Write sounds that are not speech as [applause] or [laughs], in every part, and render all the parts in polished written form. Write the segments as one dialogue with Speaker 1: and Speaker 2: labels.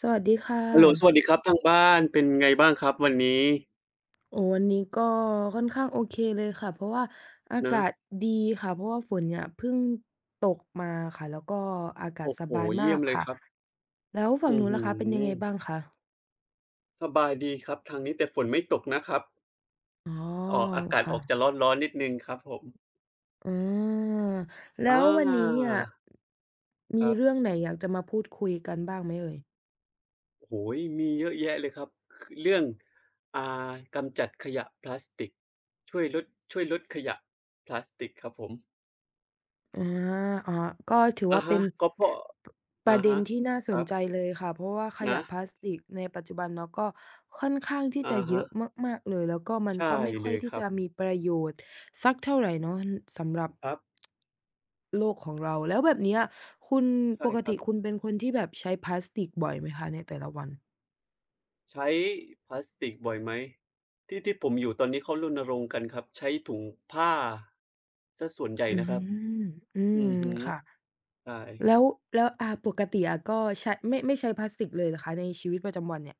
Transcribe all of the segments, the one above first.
Speaker 1: สวัสดีค่ะ
Speaker 2: ฮัลโหลสวัสดีครับทางบ้านเป็นไงบ้างครับวันนี้
Speaker 1: โอ้วันนี้ก็ค่อนข้างโอเคเลยค่ะ เพราะว่าอา
Speaker 2: นะ
Speaker 1: กาศดีค่ะ เพราะว่าฝนเนี่ยเพิ่งตกมาค่ะแล้วก็อากาศ
Speaker 2: โอ้
Speaker 1: ส
Speaker 2: โฮ
Speaker 1: บายมา
Speaker 2: เยี่ย
Speaker 1: ก
Speaker 2: มเลย
Speaker 1: ค่ะ
Speaker 2: ครับ
Speaker 1: แล้วฝั่ง
Speaker 2: อื้อ
Speaker 1: นู้น
Speaker 2: ฮื
Speaker 1: ล่ะ
Speaker 2: อ
Speaker 1: คะเป็นยังไงบ้างคะ
Speaker 2: สบายดีครับทางนี้แต่ฝนไม่ตกนะครับ
Speaker 1: อ๋อ
Speaker 2: ออกอากาศ
Speaker 1: ค่ะ
Speaker 2: ออกจะร้อนๆนิดหนึ่งครับผม
Speaker 1: อา
Speaker 2: อ
Speaker 1: แล้ววันนี้
Speaker 2: า
Speaker 1: เนี่ย
Speaker 2: ค
Speaker 1: มี
Speaker 2: รับ
Speaker 1: เรื่องไหนอยากจะมาพูดคุยกันบ้างไหมเอ่ย
Speaker 2: โอ้โฮมีเยอะแยะเลยครับคือเรื่องกำจัดขยะพลาสติกช่วยลดขยะพลาสติกครับผม
Speaker 1: อาอ๋อก็ถือ
Speaker 2: อะ
Speaker 1: ว่าเป็
Speaker 2: ฮะ
Speaker 1: น
Speaker 2: ก็เพราะ
Speaker 1: ปป
Speaker 2: อะ
Speaker 1: ระเด็น
Speaker 2: ฮะ
Speaker 1: ที่น่าส
Speaker 2: ค
Speaker 1: น
Speaker 2: รับ
Speaker 1: ใจเลยค่ะ เพราะว่าข
Speaker 2: นะ
Speaker 1: ยะพลาสติกในปัจจุบันเนาะก็ค่อนข้างที่
Speaker 2: อะ
Speaker 1: จะเย
Speaker 2: ฮะ
Speaker 1: อะมากๆเลยแล้วก็มันก็
Speaker 2: ใช่
Speaker 1: ไม่ค่
Speaker 2: เล
Speaker 1: อย
Speaker 2: ย
Speaker 1: ที่
Speaker 2: ครั
Speaker 1: จะ
Speaker 2: บ
Speaker 1: มีประโยชน์สักเท่าไรเนาะอือสำหรับ
Speaker 2: ครับ
Speaker 1: โลกของเราแล้วแบบเนี้ยคุณป
Speaker 2: ใช่
Speaker 1: ก
Speaker 2: ครั
Speaker 1: ติ
Speaker 2: บ
Speaker 1: คุณเป็นคนที่แบบใช้พลาสติกบ่อยไหมคะในแต่ละวัน
Speaker 2: ใช้พลาสติกบ่อยไหมที่ผมอยู่ตอนนี้เขารณรงค์กันครับใช้ถุงผ้าเสียส่วนใหญ่
Speaker 1: อื
Speaker 2: นะครับ
Speaker 1: มอืม
Speaker 2: อือฮึ
Speaker 1: ค่ะ
Speaker 2: ใช่
Speaker 1: แล้วแล้วปกติอะก็ใช้ไม่ใช้พลาสติกเลยเหรอคะในชีวิตประจำวันเนี่ย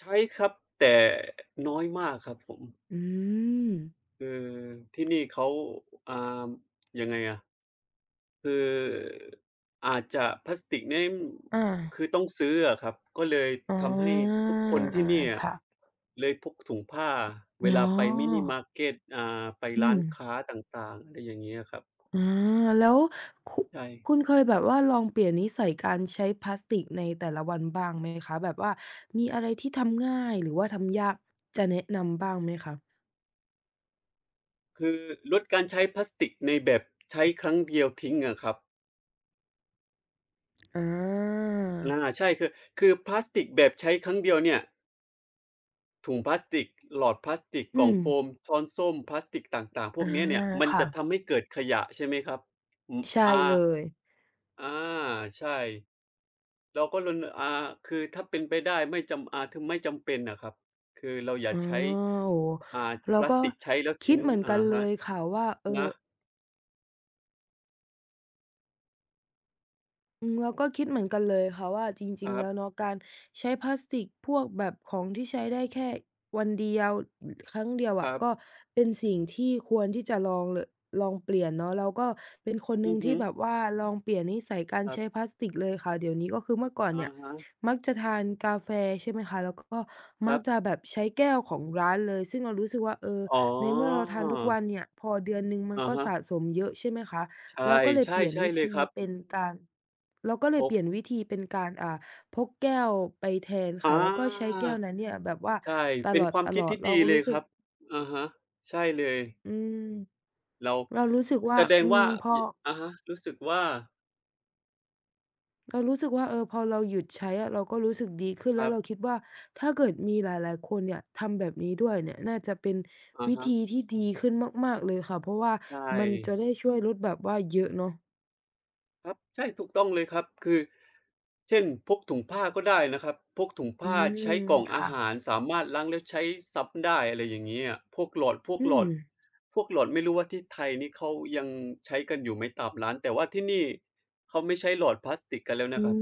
Speaker 2: ใช้ครับแต่น้อยมากครับผม
Speaker 1: อืม
Speaker 2: คือที่นี่เขาอ่ายังไงอะคืออาจจะพลาสติกเนี่ย
Speaker 1: อา
Speaker 2: คือต้องซื้ออะครับก็เลย
Speaker 1: อ
Speaker 2: ทำให้
Speaker 1: า
Speaker 2: ทุกคน
Speaker 1: อา
Speaker 2: ที่เนี่ย
Speaker 1: ค่ะ
Speaker 2: เลยพกถุงผ้าเว
Speaker 1: อ๋อ
Speaker 2: ลาไปมินิมาร์เกตไป
Speaker 1: อื
Speaker 2: ร้า
Speaker 1: ม
Speaker 2: นค้าต่างๆอะไรอย่างเงี้ยครับ
Speaker 1: อาแล้วคุ
Speaker 2: ใช่
Speaker 1: คุณเคยแบบว่าลองเปลี่ยนนิสัยการใช้พลาสติกในแต่ละวันบ้างไหมคะแบบว่ามีอะไรที่ทำง่ายหรือว่าทำยากจะแนะนำบ้างไหมคะ
Speaker 2: คือลดการใช้พลาสติกในแบบใช้ครั้งเดียวทิ้งอะครับ
Speaker 1: อา
Speaker 2: อาใช่คือพลาสติกแบบใช้ครั้งเดียวเนี่ยถุงพลาสติกหลอดพลาสติกก
Speaker 1: อื
Speaker 2: ล่อง
Speaker 1: ม
Speaker 2: โฟมช้อนส้อมพลาสติกต่างๆพว
Speaker 1: อา
Speaker 2: กเนี้ยเนี่ยมันจะ
Speaker 1: ค่ะ
Speaker 2: ทำให้เกิดขยะใช่ไหมครับอืม
Speaker 1: ใช่
Speaker 2: อา
Speaker 1: เลย
Speaker 2: อาใช่เราก็รณคือถ้าเป็นไปได้ไม่จำถึงไม่จำเป็นน่ะครับคือเราอย่า
Speaker 1: อ๋อ
Speaker 2: ใช้
Speaker 1: โอ้โฮ
Speaker 2: อ่าพ
Speaker 1: เรา
Speaker 2: ลาส
Speaker 1: ก็
Speaker 2: ติกใช้แล้ว
Speaker 1: คิด
Speaker 2: ทิ้ง
Speaker 1: เหมือน
Speaker 2: อะ
Speaker 1: กันเล
Speaker 2: ฮะ
Speaker 1: ยค่ะว่าเออ
Speaker 2: นะ
Speaker 1: อืมเราก็คิดเหมือนกันเลยค่ะว่าจ
Speaker 2: ค
Speaker 1: ริงๆ
Speaker 2: รั
Speaker 1: แล้ว
Speaker 2: บ
Speaker 1: เนาะการใช้พลาสติกพวกแบบของที่ใช้ได้แค่วันเดียวครั้งเดียว
Speaker 2: ค
Speaker 1: อะ
Speaker 2: รับ
Speaker 1: ก็เป็นสิ่งที่ควรที่จะลองเลยลองเปลี่ยนเนาะเราก็เป็นคนหนึ่
Speaker 2: อื
Speaker 1: ง
Speaker 2: อ
Speaker 1: ที่
Speaker 2: ฮึ
Speaker 1: แบบว่าลองเปลี่ยนนิสัยการ
Speaker 2: ครับ
Speaker 1: ใช้พลาสติกเลยค่ะเดี๋ยวนี้ก็คือเมื่อก่อน
Speaker 2: อะ
Speaker 1: เนี่ย
Speaker 2: ฮะ
Speaker 1: มักจะทานกาแฟใช่ไหมคะแล้วก็
Speaker 2: ค
Speaker 1: มั
Speaker 2: รั
Speaker 1: ก
Speaker 2: บ
Speaker 1: จะแบบใช้แก้วของร้านเลยซึ่งเรารู้สึกว่าเออ
Speaker 2: อ๋
Speaker 1: ในเมื่อเรา
Speaker 2: อ
Speaker 1: ทานทุกวันเนี่ยพอเดือนหนึ่งมัน
Speaker 2: อะ
Speaker 1: ก็
Speaker 2: ฮะ
Speaker 1: สะสมเยอะใช่ไหมคะ เรา
Speaker 2: ใช่
Speaker 1: ก็เลยเป
Speaker 2: ใช่
Speaker 1: ลี่ยน
Speaker 2: ใช่
Speaker 1: วิ
Speaker 2: เลย
Speaker 1: ธี
Speaker 2: ครับ
Speaker 1: เป็นการเราก็เล
Speaker 2: พ
Speaker 1: ยเป
Speaker 2: ก
Speaker 1: ลี่ยนวิธีเป็นการพกแก้วไปแทน
Speaker 2: อ
Speaker 1: ค่ะแล้วก็ใช้
Speaker 2: า
Speaker 1: แก้วนั้นเนี่ยแบบว่า
Speaker 2: ใช่
Speaker 1: ต
Speaker 2: เป็
Speaker 1: ล
Speaker 2: นความคิด
Speaker 1: อด
Speaker 2: ที่
Speaker 1: ๆเรา
Speaker 2: ดี
Speaker 1: ก็
Speaker 2: เลย
Speaker 1: รู้สึ
Speaker 2: ค
Speaker 1: ก
Speaker 2: รับอะฮะใช่เลย
Speaker 1: อืม
Speaker 2: เรา
Speaker 1: เรารู้สึก
Speaker 2: แส
Speaker 1: ว่า
Speaker 2: ดง
Speaker 1: อื
Speaker 2: ว่า
Speaker 1: มพอ
Speaker 2: ยอะฮะรู้สึกว่า
Speaker 1: เรารู้สึกว่าเออพอเราหยุดใช้อะเราก็รู้สึกดีขึ้น
Speaker 2: ค
Speaker 1: แล้ว
Speaker 2: รับ
Speaker 1: เราคิดว่าถ้าเกิดมีหลายๆคนเนี่ยทำแบบนี้ด้วยเนี่ยน่าจะเป็น
Speaker 2: อะ
Speaker 1: วิ
Speaker 2: ฮะ
Speaker 1: ธีที่ดีขึ้นมากๆเลยค่ะเพราะว่า
Speaker 2: ใช่
Speaker 1: มันจะได้ช่วยลดแบบว่าเยอะเนาะ
Speaker 2: ครับใช่ถูกต้องเลยครับคือเช่นพกถุงผ้าก็ได้นะครับพกถุง
Speaker 1: อื
Speaker 2: ผ้า
Speaker 1: ม
Speaker 2: ใช้กล่องอา
Speaker 1: ค่ะ
Speaker 2: หารสามารถล้างแล้วใช้ซ้ำได้อะไรอย่างงี้อะพวกหลอดพวก
Speaker 1: อื
Speaker 2: หล
Speaker 1: ม
Speaker 2: อดไม่รู้ว่าที่ไทยนี่เขายังใช้กันอยู่ไหมตามร้านแต่ว่าที่นี่เขาไม่ใช้หลอดพลาสติกกันแล้ว
Speaker 1: อื
Speaker 2: นะครับ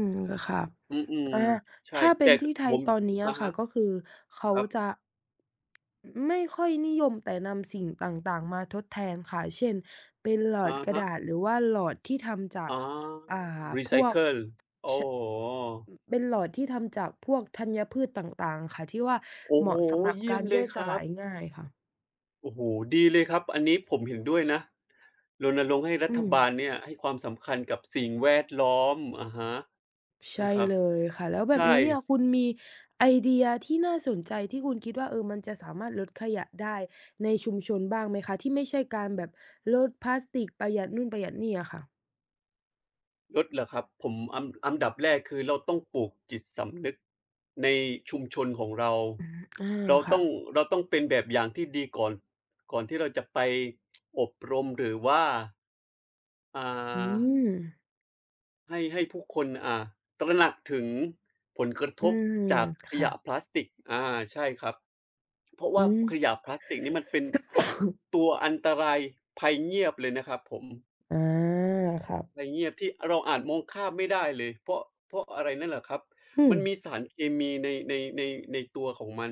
Speaker 1: มค่ะ
Speaker 2: อืม
Speaker 1: อา
Speaker 2: ๆใช่
Speaker 1: ถ้าเป็
Speaker 2: แต่
Speaker 1: น
Speaker 2: ก
Speaker 1: ที่
Speaker 2: ผ
Speaker 1: ไทย
Speaker 2: ม
Speaker 1: ตอนนี้
Speaker 2: อะ
Speaker 1: อะค่ะ
Speaker 2: ฮะ
Speaker 1: ก็คือเขา
Speaker 2: ครับ
Speaker 1: จะไม่ค่อยนิยมแต่นำสิ่งต่างๆมาทดแทนค่ะเช่นเป็นหลอด
Speaker 2: อะ
Speaker 1: กระ
Speaker 2: ฮะ
Speaker 1: ดาษหรือว่าหลอดที่ทำจาก
Speaker 2: อ๋อ
Speaker 1: อ่
Speaker 2: รี
Speaker 1: พ
Speaker 2: ไซ
Speaker 1: วก
Speaker 2: เคิล
Speaker 1: ช
Speaker 2: โอ้โฮ
Speaker 1: เป็นหลอดที่ทำจากพวกธัญพืชต่างๆค่ะที่ว่า
Speaker 2: โอ้
Speaker 1: เห
Speaker 2: โฮ
Speaker 1: มาะสำหรับ
Speaker 2: เยี่ย
Speaker 1: การ
Speaker 2: มเล
Speaker 1: ย่อ
Speaker 2: ย
Speaker 1: ยส
Speaker 2: ครั
Speaker 1: ลา
Speaker 2: บ
Speaker 1: ยง่ายค่ะ
Speaker 2: โอ้โฮดีเลยครับอันนี้ผมเห็นด้วยนะรณรงค์ให้รั
Speaker 1: อื
Speaker 2: ฐ
Speaker 1: ม
Speaker 2: บาลเนี่ยให้ความสำคัญกับสิ่งแวดล้อมอะฮะ
Speaker 1: ใช่
Speaker 2: นะครับ
Speaker 1: เลยค่ะแล้วแบบ
Speaker 2: ใช่
Speaker 1: นี้เนี่ยคุณมีไอเดียที่น่าสนใจที่คุณคิดว่าเออมันจะสามารถลดขยะได้ในชุมชนบ้างไหมคะที่ไม่ใช่การแบบลดพลาสติกประหยัดนู่นประหยัดนี่อะค่ะ
Speaker 2: ลดเหรอครับผมอันดับแรกคือเราต้องปลูกจิตสำนึกในชุมชนของเรา
Speaker 1: อืม
Speaker 2: เรา
Speaker 1: ค่ะ
Speaker 2: ต้องเป็นแบบอย่างที่ดีก่อนที่เราจะไปอบรมหรือว่าอ่า
Speaker 1: อืม
Speaker 2: ให้ผู้คนตระหนักถึงผลกระ
Speaker 1: อื
Speaker 2: ทบ
Speaker 1: ม
Speaker 2: จากข
Speaker 1: ค่ะ
Speaker 2: ยะพลาสติกอาใช่ครับเพราะ
Speaker 1: อื
Speaker 2: ว่า
Speaker 1: ม
Speaker 2: ขยะพลาสติกนี่มันเป็น
Speaker 1: [laughs]
Speaker 2: ตัวอันตรายภัยเงียบเลยนะครับผม
Speaker 1: อาครับ
Speaker 2: ภัยเงียบที่เราอาจมองข้ามไม่ได้เลยเพราะอะไรนั่นแหละครับ
Speaker 1: อืม
Speaker 2: มันมีสารเคมีในในตัวของมัน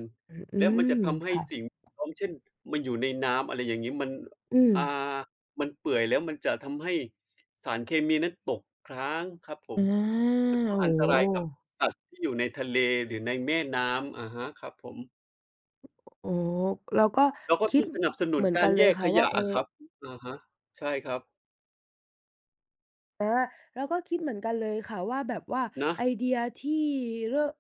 Speaker 1: อื
Speaker 2: และมัน
Speaker 1: ม
Speaker 2: จะทำให้
Speaker 1: ค่ะ
Speaker 2: สิ่งพร้อมเช่นมันอยู่ในน้ำอะไรอย่างงี้มัน
Speaker 1: อืม
Speaker 2: อ่ามันเปื่อยแล้วมันจะทำให้สารเคมีนั้นตกค้างครับผ
Speaker 1: อา
Speaker 2: ม แล้วก็อัน
Speaker 1: โอ้
Speaker 2: ต
Speaker 1: โ
Speaker 2: รายกับ
Speaker 1: ฮ
Speaker 2: สัตว์ที่อยู่ในทะเลหรือในแม่น้ำอะฮะครับผม
Speaker 1: อ๋อเราก็
Speaker 2: เราก็
Speaker 1: คิ
Speaker 2: ต้
Speaker 1: ด
Speaker 2: องสนับสนุ
Speaker 1: เห
Speaker 2: น
Speaker 1: มือน
Speaker 2: กา
Speaker 1: กั
Speaker 2: ร
Speaker 1: นเล
Speaker 2: แย
Speaker 1: ย
Speaker 2: ก
Speaker 1: ค่ะ
Speaker 2: ข
Speaker 1: ว่า
Speaker 2: ยะ
Speaker 1: เอ
Speaker 2: อะ
Speaker 1: อ
Speaker 2: ครับอะฮะใช่ครับ
Speaker 1: อาเราก็คิดเหมือนกันเลยค่ะว่าแบบว่า
Speaker 2: นะ
Speaker 1: ไอเดียที่เริ่มะ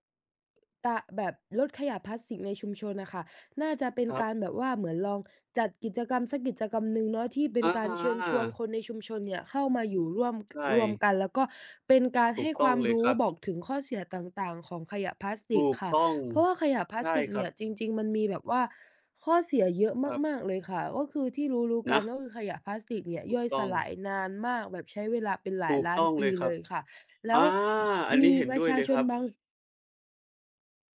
Speaker 1: ตะแบบลดขยะพลาสติกในชุมชนน่ะค่ะน่าจะเป็น
Speaker 2: ครับ
Speaker 1: การแบบว่าเหมือนลองจัดกิจกรรมสักกิจกรรมหนึ่งเนาะที่เป็น
Speaker 2: อะ
Speaker 1: กา
Speaker 2: ฮ
Speaker 1: รเชิญชวนค
Speaker 2: ะ
Speaker 1: นในชุมชนเนี่ยเข้ามาอยู่ร่วม
Speaker 2: ใช่
Speaker 1: รวมกันแล้วก็เป็นการ
Speaker 2: ถู
Speaker 1: ให้
Speaker 2: ก
Speaker 1: ค
Speaker 2: ต้อ
Speaker 1: วา
Speaker 2: ง
Speaker 1: ม
Speaker 2: เลย
Speaker 1: รู้
Speaker 2: ครับ
Speaker 1: บอกถึงข้อเสียต่างๆของขยะพลาสติก
Speaker 2: ถูก
Speaker 1: ค่ะ
Speaker 2: ต้อง
Speaker 1: เพราะว่าขยะพลาส
Speaker 2: ใช่
Speaker 1: ติก
Speaker 2: ครั
Speaker 1: เนี่
Speaker 2: บ
Speaker 1: ยจริงๆมันมีแบบว่า ข้อเสียเยอะ
Speaker 2: ครับ
Speaker 1: มากๆเลยค่ะก็คือที่รู้ๆกัน
Speaker 2: นะ
Speaker 1: ก็คือขยะพลาสติกเนี่ย
Speaker 2: ถู
Speaker 1: ย่
Speaker 2: ก
Speaker 1: อยส
Speaker 2: ต้อง
Speaker 1: ลายนานมากแบบใช้เวลาเป็นหลาย
Speaker 2: ถูก
Speaker 1: ล้าน
Speaker 2: ต้องเล
Speaker 1: ปี
Speaker 2: ยค
Speaker 1: เล
Speaker 2: รับ
Speaker 1: ยค่ะแล้ว
Speaker 2: อาอัน
Speaker 1: มี
Speaker 2: นี้เห็น
Speaker 1: ประ
Speaker 2: ด้วย
Speaker 1: ชา
Speaker 2: เลย
Speaker 1: ช
Speaker 2: ค
Speaker 1: น
Speaker 2: รับ
Speaker 1: บาง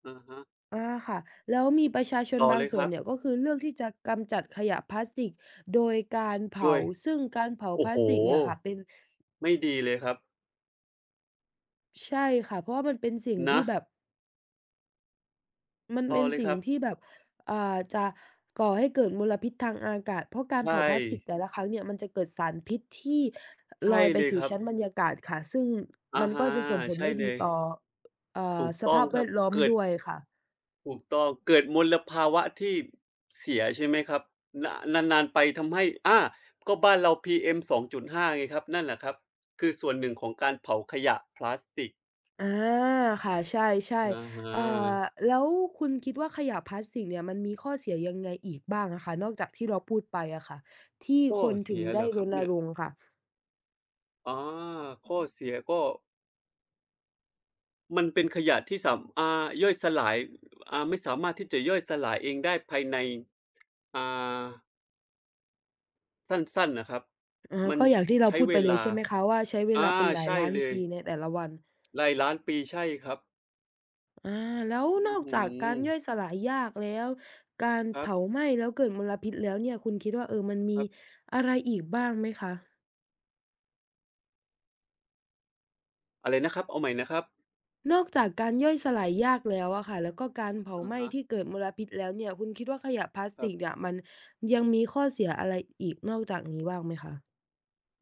Speaker 2: อะฮะ
Speaker 1: ค่ะแล้วมีประชาชน
Speaker 2: ต่อ
Speaker 1: บาง
Speaker 2: เลยค
Speaker 1: ส่วน
Speaker 2: รับ
Speaker 1: เนี่ยก็คือเลือกที่จะกำจัดขยะพลาสติกโดยการ
Speaker 2: ด้
Speaker 1: เผา
Speaker 2: วย
Speaker 1: ซึ่งการเผาพ
Speaker 2: โอ้
Speaker 1: ลา
Speaker 2: โฮ
Speaker 1: สติกเนี่ยค่ะเป็น
Speaker 2: ไม่ดีเลยครับ
Speaker 1: ใช่ค่ะเพราะว่ามันเป็นสิ่ง
Speaker 2: นะ
Speaker 1: ที่แบบ มัน
Speaker 2: ต่อ
Speaker 1: เป็น
Speaker 2: เลยค
Speaker 1: สิ่ง
Speaker 2: รับ
Speaker 1: ที่แบบอ่าจะก่อให้เกิดมลพิษทางอากาศ เพราะกา
Speaker 2: ใช
Speaker 1: รเผา
Speaker 2: ่
Speaker 1: พลาสติกแต่ละครั้งเนี่ยมันจะเกิดสารพิษที่ล
Speaker 2: ใช่
Speaker 1: อยไป
Speaker 2: เลยค
Speaker 1: สู่
Speaker 2: รับ
Speaker 1: ชั้นบรรยากาศค่ะ ซึ่ง
Speaker 2: อะ
Speaker 1: มันก็
Speaker 2: ฮะ
Speaker 1: จะส่งผล
Speaker 2: ใช่
Speaker 1: ไม่
Speaker 2: เล
Speaker 1: ดี
Speaker 2: ย
Speaker 1: ต่อ
Speaker 2: ถูก
Speaker 1: ส
Speaker 2: ต้อ
Speaker 1: ภา
Speaker 2: ง
Speaker 1: พ
Speaker 2: ค
Speaker 1: แว
Speaker 2: รับ
Speaker 1: ดล้อม
Speaker 2: เกิด
Speaker 1: ด้วยค่ะ
Speaker 2: ถูกต้องเกิดมลภาวะที่เสียใช่ไหมครับนนานๆไปทำให้อาก็บ้านเรา PM 2.5ไงครับนั่นแหละครับคือส่วนหนึ่งของการเผาขยะพลาสติก
Speaker 1: อาค่ะใช่
Speaker 2: อะฮ
Speaker 1: ๆเอ่อ
Speaker 2: ะ
Speaker 1: แล้วคุณคิดว่าขยะพลาสติกเนี่ยมันมีข้อเสียยังไงอีกบ้างอะคะนอกจากที่เราพูดไปอะค่ะที่
Speaker 2: ข้อ
Speaker 1: คนถึ
Speaker 2: เสี
Speaker 1: ง
Speaker 2: ยเหร
Speaker 1: ได้
Speaker 2: อค
Speaker 1: ร
Speaker 2: รับ
Speaker 1: ณ
Speaker 2: เนี่ย
Speaker 1: รงค์ค่ะ
Speaker 2: อาข้อเสียก็มันเป็นขยะที่สามย่อยสลายไม่สามารถที่จะย่อยสลายเองได้ภายในอ่าสั้นๆน่ะครับ
Speaker 1: อ๋อ
Speaker 2: มัน
Speaker 1: ก็อย่างที่เรา
Speaker 2: ใช้
Speaker 1: พูด
Speaker 2: เว
Speaker 1: ไปเลย
Speaker 2: ลา
Speaker 1: ใช่ไหมคะว่าใช้เวลา
Speaker 2: อา
Speaker 1: เป็นหลาย
Speaker 2: ใช่
Speaker 1: ล้าน
Speaker 2: เลย
Speaker 1: ปีในแต่ละวัน
Speaker 2: หลายล้านปีใช่ครับ
Speaker 1: อาแล้วน
Speaker 2: อื้
Speaker 1: อ
Speaker 2: อ
Speaker 1: ก
Speaker 2: ฮื
Speaker 1: จาก
Speaker 2: อ
Speaker 1: การย่อยสลายยากแล้วการ
Speaker 2: ครับ
Speaker 1: เผาไหม้แล้วเกิดมลพิษแล้วเนี่ยคุณคิดว่ามัน
Speaker 2: ค
Speaker 1: มี
Speaker 2: รับ
Speaker 1: อะไรอีกบ้างไหมคะ
Speaker 2: อะไรนะครับเอาใหม่นะครับ
Speaker 1: นอกจากการย่อยสลายยากแล้วอะค่ะแล้วก็การเผา
Speaker 2: อะ
Speaker 1: ไหม้
Speaker 2: ฮะ
Speaker 1: ที่เกิดมลพิษแล้วเนี่ยคุณคิดว่าขยะพลาส
Speaker 2: ครั
Speaker 1: ติ
Speaker 2: บ
Speaker 1: กเนี่ยมันยังมีข้อเสียอะไรอีกนอกจากนี้บ้างไหมคะ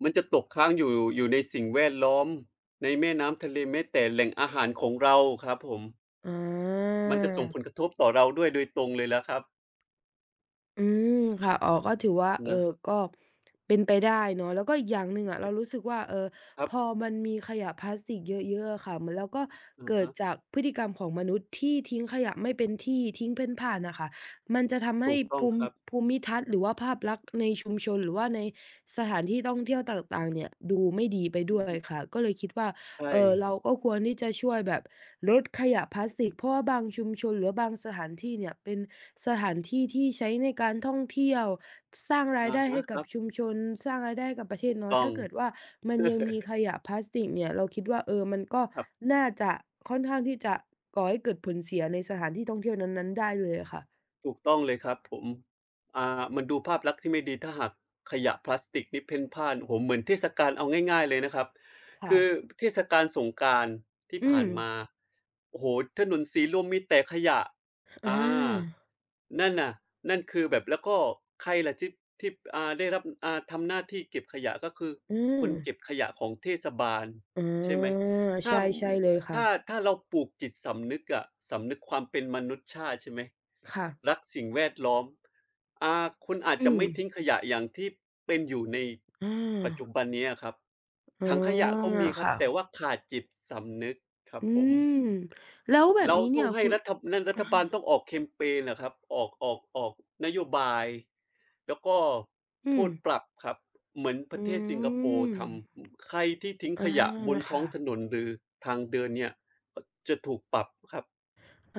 Speaker 2: มันจะตกค้างอยู่ในสิ่งแวดล้อมในแม่น้ำทะเลแม้แต่แหล่งอาหารของเราครับผม
Speaker 1: อา
Speaker 2: มันจะส่งผลกระทบต่อเราด้วยโดยตรงเลยล่ะครับ
Speaker 1: อืมค่ะอ๋อก็ถือว่า
Speaker 2: นะ
Speaker 1: ก็เป็นไปได้เนาะแล้วก็อีกอย่างหนึ่งอะเรารู้สึกว่า
Speaker 2: ครั
Speaker 1: พ
Speaker 2: บ
Speaker 1: อมันมีขยะพลาสติกเยอะๆอะค่ะเหมือนแล้วก็
Speaker 2: อะ
Speaker 1: เกิด
Speaker 2: ฮะ
Speaker 1: จากพฤติกรรมของมนุษย์ที่ทิ้งขยะไม่เป็นที่ทิ้งเพ่นพ่านน่ะค่ะมันจะทำให้
Speaker 2: ถูกต้อง
Speaker 1: ภู
Speaker 2: ค
Speaker 1: มิ
Speaker 2: รับ
Speaker 1: ภูมิทัศน์หรือว่าภาพลักษณ์ในชุมชนหรือว่าในสถานที่ท่องเที่ยวต่างๆเนี่ยดูไม่ดีไปด้
Speaker 2: อื
Speaker 1: ว
Speaker 2: อ
Speaker 1: ย
Speaker 2: ฮึ
Speaker 1: ค่ะก็เลยคิดว่า
Speaker 2: ใช่
Speaker 1: เราก็ควรที่จะช่วยแบบลดขยะพลาสติกเพราะว่าบางชุมชนหรือ่บางสถานที่เนี่ยเป็นสถานที่ที่ใช้ในการท่องเที่ยวสร้างราย
Speaker 2: อะ
Speaker 1: ได้
Speaker 2: ฮะ
Speaker 1: ให้
Speaker 2: ค
Speaker 1: กับ
Speaker 2: รับ
Speaker 1: ชุมชนสร้างรายได้ให้กับประเทศเนาะ
Speaker 2: ต้อ
Speaker 1: ถ้า
Speaker 2: ง
Speaker 1: เกิดว่ามันยัง
Speaker 2: [laughs]
Speaker 1: มีขยะพลาสติกเนี่ยเราคิดว่ามันก็
Speaker 2: ครับ
Speaker 1: น่าจะค่อนข้างที่จะก่อให้เกิดผลเสียในสถานที่ท่องเที่ยวนั้นๆได้เลยอะค่ะ
Speaker 2: ถูกต้องเลยครับผมอ่ามันดูภาพลักษณ์ที่ไม่ดีถ้าหากขยะพลาสติกนี่เพ่นพ่านโอ้โฮเหมือนเทศกาลเอาง่ายๆเลยนะครับ
Speaker 1: ค่ะ
Speaker 2: คือเทศกาลสงกรานต์ที่
Speaker 1: อื
Speaker 2: ผ่า
Speaker 1: ม
Speaker 2: นมาโอ้โฮถนนสีลมมีแต่ขยะ
Speaker 1: อ
Speaker 2: อา
Speaker 1: า
Speaker 2: นั่นน่ะนั่นคือแบบแล้วก็ใครล่ะที่ที่ได้รับทำหน้าที่เก็บขยะก็คือ
Speaker 1: อื
Speaker 2: ค
Speaker 1: ม
Speaker 2: นเก็บขยะของเทศบาล
Speaker 1: อ
Speaker 2: ใช่ไหม
Speaker 1: า
Speaker 2: ถ้า
Speaker 1: ใช่ใช่เลยค่ะ
Speaker 2: ถ้าเราปลูกจิตสำนึกอะสำนึกความเป็นมนุษยชาติใช่ไหม
Speaker 1: ค่ะ
Speaker 2: รักสิ่งแวดล้อมอ่าคุณอาจ
Speaker 1: อื
Speaker 2: จะ
Speaker 1: ม
Speaker 2: ไม่ทิ้งขยะอย่างที่เป็นอยู่ใน
Speaker 1: อ
Speaker 2: ปัจจุ
Speaker 1: า
Speaker 2: บันนี้อะครับ
Speaker 1: อ๋อ
Speaker 2: ถังขยะก็มีครับแต่
Speaker 1: ค่ะ
Speaker 2: ว่าขาดจิตสำนึกครับ
Speaker 1: อื
Speaker 2: ผม
Speaker 1: มแล้วแบบ
Speaker 2: เรา
Speaker 1: นี้เนี่
Speaker 2: ต้อ
Speaker 1: ย
Speaker 2: งให้
Speaker 1: คุณ
Speaker 2: รัฐบนั่นรั
Speaker 1: อา
Speaker 2: ฐบาลต้องออกแคมเพนนะครับออกนโยบายแล้วก็
Speaker 1: อื
Speaker 2: โท
Speaker 1: ม
Speaker 2: ษปรับครับเหมือนป
Speaker 1: อื
Speaker 2: ระเทศสิงคโปร์
Speaker 1: ม
Speaker 2: ทำใครที่ทิ้ง
Speaker 1: อา
Speaker 2: ขยะบนท้อ
Speaker 1: ค่ะ
Speaker 2: งถนนหรือทางเดินเนี่ยก็จะถูกปรับครับ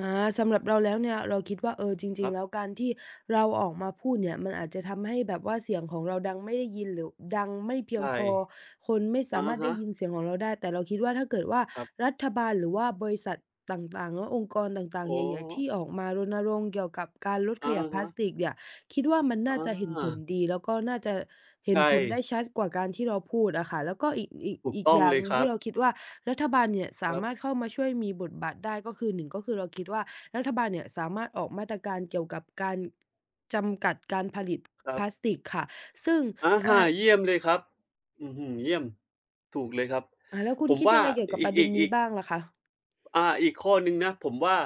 Speaker 1: อาสำหรับเราแล้วเนี่ยเราคิดว่าจริ
Speaker 2: ค
Speaker 1: ง
Speaker 2: รั
Speaker 1: ๆแล้ว
Speaker 2: บ
Speaker 1: การที่เราออกมาพูดเนี่ยมันอาจจะทำให้แบบว่าเสียงของเราดังไม่ได้ยินหรือดังไม่เพียง
Speaker 2: ใช่
Speaker 1: พอคนไม่สา
Speaker 2: อะ
Speaker 1: มารถได้
Speaker 2: ฮะ
Speaker 1: ยินเสียงของเราได้แต่เราคิดว่าถ้าเกิดว่า
Speaker 2: ครับ
Speaker 1: รัฐบาลหรือว่าบริษัทต่างๆเนาะองค์กรต่างๆ
Speaker 2: อ๋อ
Speaker 1: ใหญ่ๆที่ออกมารณรงค์เกี่ยวกับการลดข
Speaker 2: อะ
Speaker 1: ยะพลา
Speaker 2: ฮะ
Speaker 1: สติกเนี่ย คิดว่ามัน
Speaker 2: อ
Speaker 1: น่าจะเห็นผล
Speaker 2: า
Speaker 1: ดีแล้วก็น่าจะเห็น
Speaker 2: ใช่
Speaker 1: ผลได้ชัดกว่าการที่เราพูดอะค่ะแล้วก็อีกอีก
Speaker 2: ถูก
Speaker 1: อีก
Speaker 2: ต้อ
Speaker 1: อ
Speaker 2: ง
Speaker 1: ย่าง
Speaker 2: เล
Speaker 1: ห
Speaker 2: ย
Speaker 1: นึ่
Speaker 2: ค
Speaker 1: ง
Speaker 2: รั
Speaker 1: ที่
Speaker 2: บ
Speaker 1: เราคิดว่ารัฐบาลเนี่ยสามารถ
Speaker 2: ค
Speaker 1: เข้ามาช่วยมีบทบาทได้ก็คือ1ก็คือเราคิดว่ารัฐบาลเนี่ยสามารถออกมาตรการเกี่ยวกับการจำกัดการผลิตพ
Speaker 2: รับ
Speaker 1: ลาสติกค่ะซึ่ง
Speaker 2: ๆอา
Speaker 1: อ่า
Speaker 2: เยี่ยมเลยครับอื้อฮือเยี่ยมถูกเลยครับ
Speaker 1: แล้วคุณ
Speaker 2: ผม
Speaker 1: คิดยั
Speaker 2: ว่า
Speaker 1: งไงเกี่ยวกับป
Speaker 2: อีก
Speaker 1: ระเด็
Speaker 2: อี
Speaker 1: น
Speaker 2: ก
Speaker 1: นี้
Speaker 2: อีก
Speaker 1: บ้างล่ะคะ
Speaker 2: อีกข้อหนึ่งนะผมว่า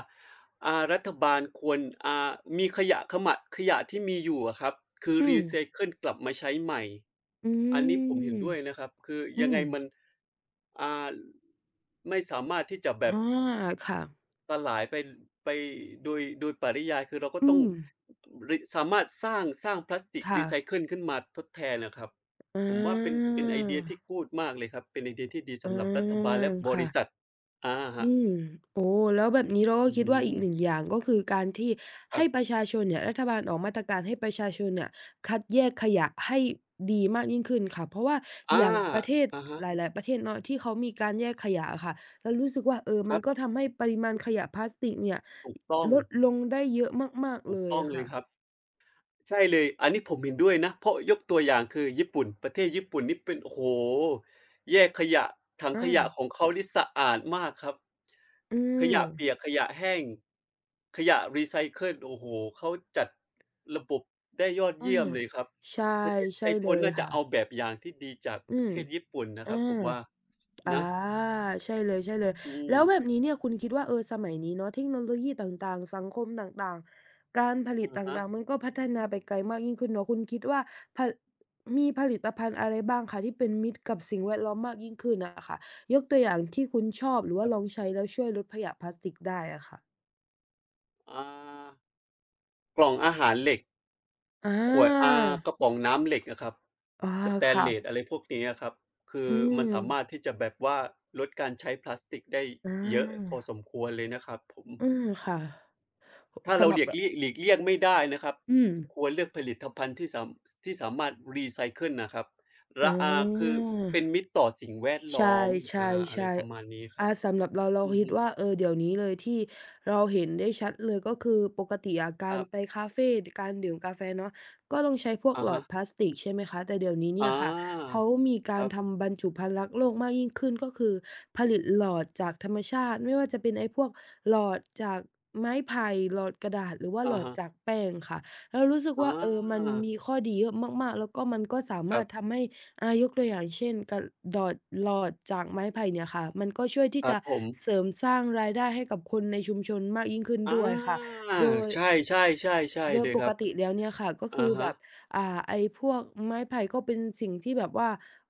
Speaker 2: รัฐบาลควรอ่ามีขยะที่มีอยู่อะครับคือ
Speaker 1: อืม
Speaker 2: รีไซเคิลกลับมาใช้ใหม่
Speaker 1: อื
Speaker 2: อันนี้ผมเห็น
Speaker 1: ม
Speaker 2: ด้วยนะครับคือ
Speaker 1: อื
Speaker 2: ยังไง
Speaker 1: ม
Speaker 2: มันอ่าไม่สามารถที่จะแบ
Speaker 1: อา
Speaker 2: บ
Speaker 1: ค่ะ
Speaker 2: สลายไปโดยโดยปริยายคือเราก็
Speaker 1: อื
Speaker 2: ต้อง
Speaker 1: ม
Speaker 2: ริสามารถสร้างพลาสติก
Speaker 1: ค่ะ
Speaker 2: รีไซเคิลขึ้นมาทดแทนอะครับ
Speaker 1: อ
Speaker 2: ผมว่าเป็น
Speaker 1: า
Speaker 2: เป็นไอเดียที่กูดมากเลยครับเป็นไอเดียที่ดีสำหรับรัฐ
Speaker 1: อา
Speaker 2: บาลและบริษั
Speaker 1: ค่ะ
Speaker 2: ทอาครับ
Speaker 1: อืมโอ้แล้วแบบนี้เราก็
Speaker 2: อื้อ
Speaker 1: คิด
Speaker 2: ฮื
Speaker 1: ว่าอีก
Speaker 2: อ
Speaker 1: หนึ่งอย่างก็คือการที่
Speaker 2: ครั
Speaker 1: ให้
Speaker 2: บ
Speaker 1: ประชาชนเนี่ยรัฐบาลออกมาตรการให้ประชาชนเนี่ยคัดแยกขยะให้ดีมากยิ่งขึ้นค่ะเพราะว่า
Speaker 2: อา
Speaker 1: อย่างประเทศ
Speaker 2: อะฮะ
Speaker 1: หลายๆประเทศเนาะที่เขามีการแยกขยะอะค่ะเรารู้สึกว่า
Speaker 2: ค
Speaker 1: มัน
Speaker 2: รั
Speaker 1: ก็
Speaker 2: บ
Speaker 1: ทำให้ปริมาณขยะพลาสติกเนี่ย
Speaker 2: ถูกต้อง
Speaker 1: ลดลงได้เยอะมากๆ
Speaker 2: ถู
Speaker 1: เล
Speaker 2: ก
Speaker 1: ย
Speaker 2: ต้องเลย
Speaker 1: ค่ะ
Speaker 2: ครับใช่เลยอันนี้ผมเห็นด้วยนะ เพราะยกตัวอย่างคือญี่ปุ่นประเทศญี่ปุ่นนี่เป็นโอ้โฮแยกขยะถัง
Speaker 1: อา
Speaker 2: ขยะของเขานี่สะอาดมากครับ
Speaker 1: อื
Speaker 2: ข
Speaker 1: ม
Speaker 2: ยะเปียกขยะแห้งขยะรีไซเคิลโอ้โฮเขาจัดระบบได้ยอด
Speaker 1: อา
Speaker 2: เยี่ยมเลยครับ
Speaker 1: ใช่
Speaker 2: ประเทศไท
Speaker 1: ใช่
Speaker 2: ยค
Speaker 1: เล
Speaker 2: วร
Speaker 1: ย
Speaker 2: น่าจะ
Speaker 1: ค่ะ
Speaker 2: เอาแบบอย่างที่ดีจาก
Speaker 1: อื
Speaker 2: ประ
Speaker 1: ม
Speaker 2: เทศญี่ปุ่นนะค
Speaker 1: อา
Speaker 2: รับผมว่า
Speaker 1: อา
Speaker 2: นะ
Speaker 1: ใช่เลยใช่เลย
Speaker 2: อืม
Speaker 1: แล้วแบบนี้เนี่ยคุณคิดว่าสมัยนี้เนาะเทคโนโลยีต่างๆสังคมต่างๆการผลิต
Speaker 2: อะฮะ
Speaker 1: ต่างๆมันก็พัฒนาไปไกลมากยิ่งขึ้นเนาะคุณคิดว่าผมีผลิตภัณฑ์อะไรบ้างคะที่เป็นมิตรกับสิ่งแวดล้อมมากยิ่งขึ้นอะค่ะยกตัวอย่างที่คุณชอบหรือ
Speaker 2: ค
Speaker 1: ว่า
Speaker 2: รั
Speaker 1: ลอง
Speaker 2: บ
Speaker 1: ใช้แล้วช่วยลดขยะพลาสติกได้อะค่ะ
Speaker 2: อ่ากล่องอาหารเหล็ก
Speaker 1: อ
Speaker 2: ขวดอา
Speaker 1: า
Speaker 2: กระป๋องน้ำเหล็กอะครับ
Speaker 1: อา
Speaker 2: สเตน
Speaker 1: ค่ะ
Speaker 2: เลสอะไรพวกนี้อะครับคือ
Speaker 1: อื
Speaker 2: มั
Speaker 1: ม
Speaker 2: นสามารถที่จะแบบว่าลดการใช้พลาสติกได้
Speaker 1: อา
Speaker 2: เยอะพอสมควรเลยนะครับผม
Speaker 1: อืมค่ะ
Speaker 2: ถ้า
Speaker 1: สำ
Speaker 2: เรา
Speaker 1: ห
Speaker 2: ห
Speaker 1: รับ
Speaker 2: ลีก
Speaker 1: ร
Speaker 2: เลี่ยงหลีกเลี่ยงไม่ได้นะครับ
Speaker 1: อืม
Speaker 2: ควรเลือกผลิตภัณฑ์ที่สามารถรีไซเคิลนะครับ
Speaker 1: อ๋อ
Speaker 2: ระอาคือเป็นมิตรต่อสิ่งแวด
Speaker 1: ใช
Speaker 2: ล้อมอาอะไร
Speaker 1: ่
Speaker 2: ประมาณ
Speaker 1: ๆ
Speaker 2: นี้
Speaker 1: ๆ
Speaker 2: ครั
Speaker 1: อา
Speaker 2: บ
Speaker 1: สำหรับเราเรา
Speaker 2: อือ
Speaker 1: คิด
Speaker 2: ฮึ
Speaker 1: ว่าเดี๋ยวนี้เลยที่เราเห็นได้ชัดเลยก็คือปกติอะ
Speaker 2: ค
Speaker 1: การ
Speaker 2: รับ
Speaker 1: ไปคาเฟการดื่มกาแฟเนาะก็ต้องใช้พวก
Speaker 2: อะ
Speaker 1: หลอ
Speaker 2: ฮะ
Speaker 1: ดพลาสติกใช่ไหมคะแต่เดี๋ยวนี้
Speaker 2: อ
Speaker 1: เนี่ยค่ะ
Speaker 2: า
Speaker 1: เขามีกา
Speaker 2: ค
Speaker 1: ร
Speaker 2: รับ
Speaker 1: ทำบรรจุภัณฑ์รักโลกมากยิ่งขึ้นก็คือผลิตหลอดจากธรรมชาติไม่ว่าจะเป็นไอ้พวกหลอดจากไม้ไผ่หลอดกระดาษหรือว่าหล
Speaker 2: อะ
Speaker 1: อด
Speaker 2: ฮะ
Speaker 1: จากแป้งค่ะเรารู้สึก
Speaker 2: อ
Speaker 1: ว่ามัน
Speaker 2: า
Speaker 1: มีข้อดีเยอะมากๆแล้วก็มันก็สา
Speaker 2: ค
Speaker 1: มา
Speaker 2: รั
Speaker 1: ร
Speaker 2: บ
Speaker 1: ถทำให้ อายกตัวอย่างเช่นกะดอดหลอดจากไม้ไผ่เนี่ยค่ะมันก็ช่วย
Speaker 2: ค
Speaker 1: ที่
Speaker 2: รั
Speaker 1: จะ
Speaker 2: บผม
Speaker 1: เสริมสร้างรายได้ให้กับคนในชุมชนมากยิ่งขึ้น
Speaker 2: อา
Speaker 1: ด้วยค่ะโดย
Speaker 2: ใช่ๆๆใช่
Speaker 1: โดย
Speaker 2: เลย
Speaker 1: ป
Speaker 2: ค
Speaker 1: ก
Speaker 2: รับ
Speaker 1: ติแล้วเนี่ยค่ะก็คื
Speaker 2: อะ
Speaker 1: อแบ
Speaker 2: ฮะ
Speaker 1: บอ่าไอ้พวกไม้ไผ่ก็เป็นสิ่งที่แบบว่า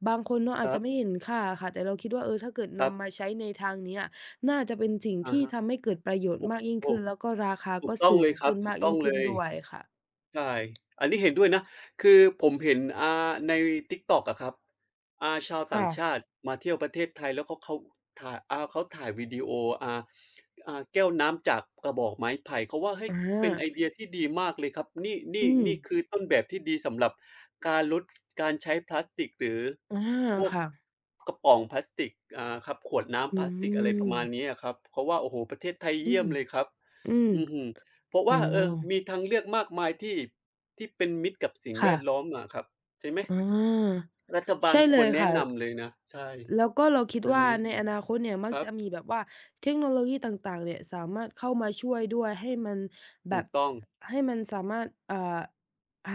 Speaker 1: บางคนเนาะ
Speaker 2: ค
Speaker 1: อาจ
Speaker 2: รั
Speaker 1: จะ
Speaker 2: บ
Speaker 1: ไม่เห็นค่าอะค่ะแต่เราคิดว่าถ้าเกิด
Speaker 2: ครับ
Speaker 1: นำมาใช้ในทางเนี้ยน่าจะเป็นสิ่ง
Speaker 2: อะ
Speaker 1: ที่
Speaker 2: ฮะ
Speaker 1: ทำให้เกิดประโยชน์
Speaker 2: โอ้
Speaker 1: มากยิ่ง
Speaker 2: โอ้
Speaker 1: ขึ้นแล้วก็ราคา
Speaker 2: ถูก
Speaker 1: ก็
Speaker 2: ต้อง
Speaker 1: สู
Speaker 2: เล
Speaker 1: ง
Speaker 2: ยครั
Speaker 1: ขึ้
Speaker 2: บ
Speaker 1: น
Speaker 2: ถู
Speaker 1: มา
Speaker 2: ก
Speaker 1: ก
Speaker 2: ต้
Speaker 1: ยิ่
Speaker 2: อง
Speaker 1: ง
Speaker 2: เล
Speaker 1: ขึ้น
Speaker 2: ย
Speaker 1: ด้วยค่ะ
Speaker 2: ใช่อันนี้เห็นด้วยนะคือผมเห็นใน TikTok อะครับชาวต่า
Speaker 1: ค่ะ
Speaker 2: งชาติมาเที่ยวประเทศไทยแล้วเขาถ่ายเขาถ่ายวิดีโออ่าแก้วน้ำจากกระบอกไม้ไผ่เขาว่าเฮ้
Speaker 1: อ
Speaker 2: ยเป็นไอ
Speaker 1: า
Speaker 2: เดียที่ดีมากเลยครับนี่
Speaker 1: อื
Speaker 2: นี่
Speaker 1: ม
Speaker 2: นี่คือต้นแบบที่ดีสำหรับการลดการใช้พลาสติกหรือ
Speaker 1: อา
Speaker 2: พวก
Speaker 1: ค่ะ
Speaker 2: กระป๋องพลาสติกครับขวดน้ำ
Speaker 1: อื
Speaker 2: พลาสติกอะไรประ
Speaker 1: ม
Speaker 2: มาณนี้อะครับเขาว่าโอ้โฮประเทศไทย
Speaker 1: อื
Speaker 2: เยี่ย
Speaker 1: ม
Speaker 2: มเลยครับ
Speaker 1: อืม
Speaker 2: อือฮึเพราะ
Speaker 1: โอ้
Speaker 2: ว่าเออมีทางเลือกมากมายที่เป็นมิตรกับสิ่งแวดล้อม
Speaker 1: ค่ะ
Speaker 2: อะครับใช่ไหม
Speaker 1: อา
Speaker 2: รัฐบาล
Speaker 1: ใช่
Speaker 2: ค
Speaker 1: เล
Speaker 2: วร
Speaker 1: ย
Speaker 2: แนะ
Speaker 1: ค่ะ
Speaker 2: นำเลยนะใช่
Speaker 1: แล้วก็เราคิด
Speaker 2: อัน
Speaker 1: ว่า
Speaker 2: นี้
Speaker 1: ในอนาคตเนี่ยมัก
Speaker 2: ครับ
Speaker 1: จะมีแบบว่าเทคโนโลยีต่างๆเนี่ยสามารถเข้ามาช่วยด้วยให้มันแบ
Speaker 2: ถู
Speaker 1: บ
Speaker 2: กต้อง
Speaker 1: ให้มันสามารถ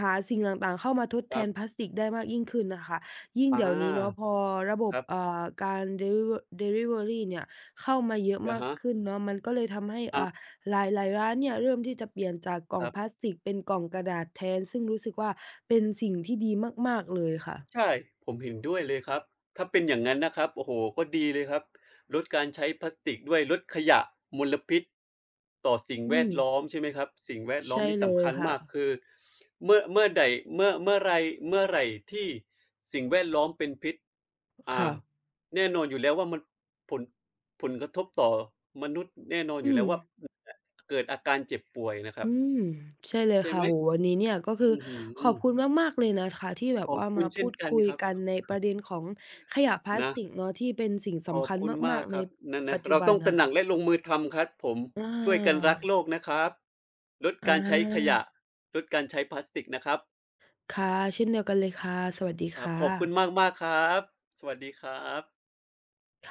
Speaker 1: หาสิ่งต่างๆเข้ามาทด
Speaker 2: ค
Speaker 1: แท
Speaker 2: รั
Speaker 1: นพ
Speaker 2: บ
Speaker 1: ลาสติกได้มากยิ่งขึ้นน่ะค่ะยิ่ง
Speaker 2: อ
Speaker 1: เดี๋ยวนี้เนาะพ
Speaker 2: า
Speaker 1: อระบ
Speaker 2: ค
Speaker 1: บ
Speaker 2: รับ
Speaker 1: การดิลิเวอดิลิเวอรีเนี่ยเข้ามาเยอะ
Speaker 2: อะ
Speaker 1: มาก
Speaker 2: ฮะ
Speaker 1: ขึ้นเนาะมันก็เลยทำให้
Speaker 2: อา
Speaker 1: หลายๆร้านเนี่ยเริ่มที่จะเปลี่ยนจากกล่อ
Speaker 2: ค
Speaker 1: ง
Speaker 2: รั
Speaker 1: พลาส
Speaker 2: บ
Speaker 1: ติกเป็นกล่องกระดาษแทนซึ่งรู้สึกว่าเป็นสิ่งที่ดีมากๆเลยค่ะ
Speaker 2: ใช่ผมเห็นด้วยเลยครับถ้าเป็นอย่างนั้นนะครับโอ้โฮก็ดีเลยครับลดการใช้พลาสติกด้วยลดขยะมลพิษต่อสิ่งแว
Speaker 1: อืม
Speaker 2: ดล้อมใช่ไหมครับสิ่งแวดล้อม
Speaker 1: ใช่
Speaker 2: นี่
Speaker 1: เล
Speaker 2: สำ
Speaker 1: ย
Speaker 2: คัญ
Speaker 1: ค่ะ
Speaker 2: มากคือเมื่อใดเมื่อไรเมื่อไหร่ที่สิ่งแวดล้อมเป็นพิษอ่า
Speaker 1: ค่ะ
Speaker 2: แน่นอนอยู่แล้วว่ามันผลผลกระทบต่อมนุษย์แน่นอนอ
Speaker 1: อื
Speaker 2: ยู่แล้
Speaker 1: ม
Speaker 2: วว่า [unintelligible] เกิดอาการเจ็บป่วยนะครั
Speaker 1: อื
Speaker 2: บ
Speaker 1: มใช่เลย
Speaker 2: ใช่
Speaker 1: ค่ะ
Speaker 2: ไหม
Speaker 1: โอ้โฮวันนี้เนี่ยก็คือ
Speaker 2: อื้อฮื
Speaker 1: ขอบ
Speaker 2: อ
Speaker 1: คุณมากๆเลยนะคะที่แบ
Speaker 2: ข
Speaker 1: บ
Speaker 2: อบ
Speaker 1: ว่า
Speaker 2: คุ
Speaker 1: มา
Speaker 2: ณเช่
Speaker 1: พู
Speaker 2: น
Speaker 1: ด
Speaker 2: กัน
Speaker 1: คุย
Speaker 2: ครับ
Speaker 1: กันในประเด็นของขยะพลาส
Speaker 2: นะ
Speaker 1: ติกเนาะที่เป็นสิ่ง
Speaker 2: ขอ
Speaker 1: สำ
Speaker 2: บ
Speaker 1: คัญ
Speaker 2: คุณมา
Speaker 1: มาก
Speaker 2: ก
Speaker 1: ๆ
Speaker 2: ค
Speaker 1: ใน
Speaker 2: รับนั่น
Speaker 1: ปั
Speaker 2: นะ
Speaker 1: จจุ
Speaker 2: เรา
Speaker 1: บัน
Speaker 2: ต้องต
Speaker 1: น่ะ
Speaker 2: ระหนักและ
Speaker 1: ค่ะ
Speaker 2: ลงมือทำครับผม
Speaker 1: อ
Speaker 2: ช่วยกัน
Speaker 1: า
Speaker 2: รักโลกนะครับลด
Speaker 1: อ
Speaker 2: การใช้ข
Speaker 1: า
Speaker 2: ยะลดการใช้พลาสติกนะครับ
Speaker 1: ค่ะเช่นเดียวกันเลยค่ะ สวัสดี
Speaker 2: ครับ
Speaker 1: ค่ะ
Speaker 2: ขอบคุณมากๆครับสวัสดีครับ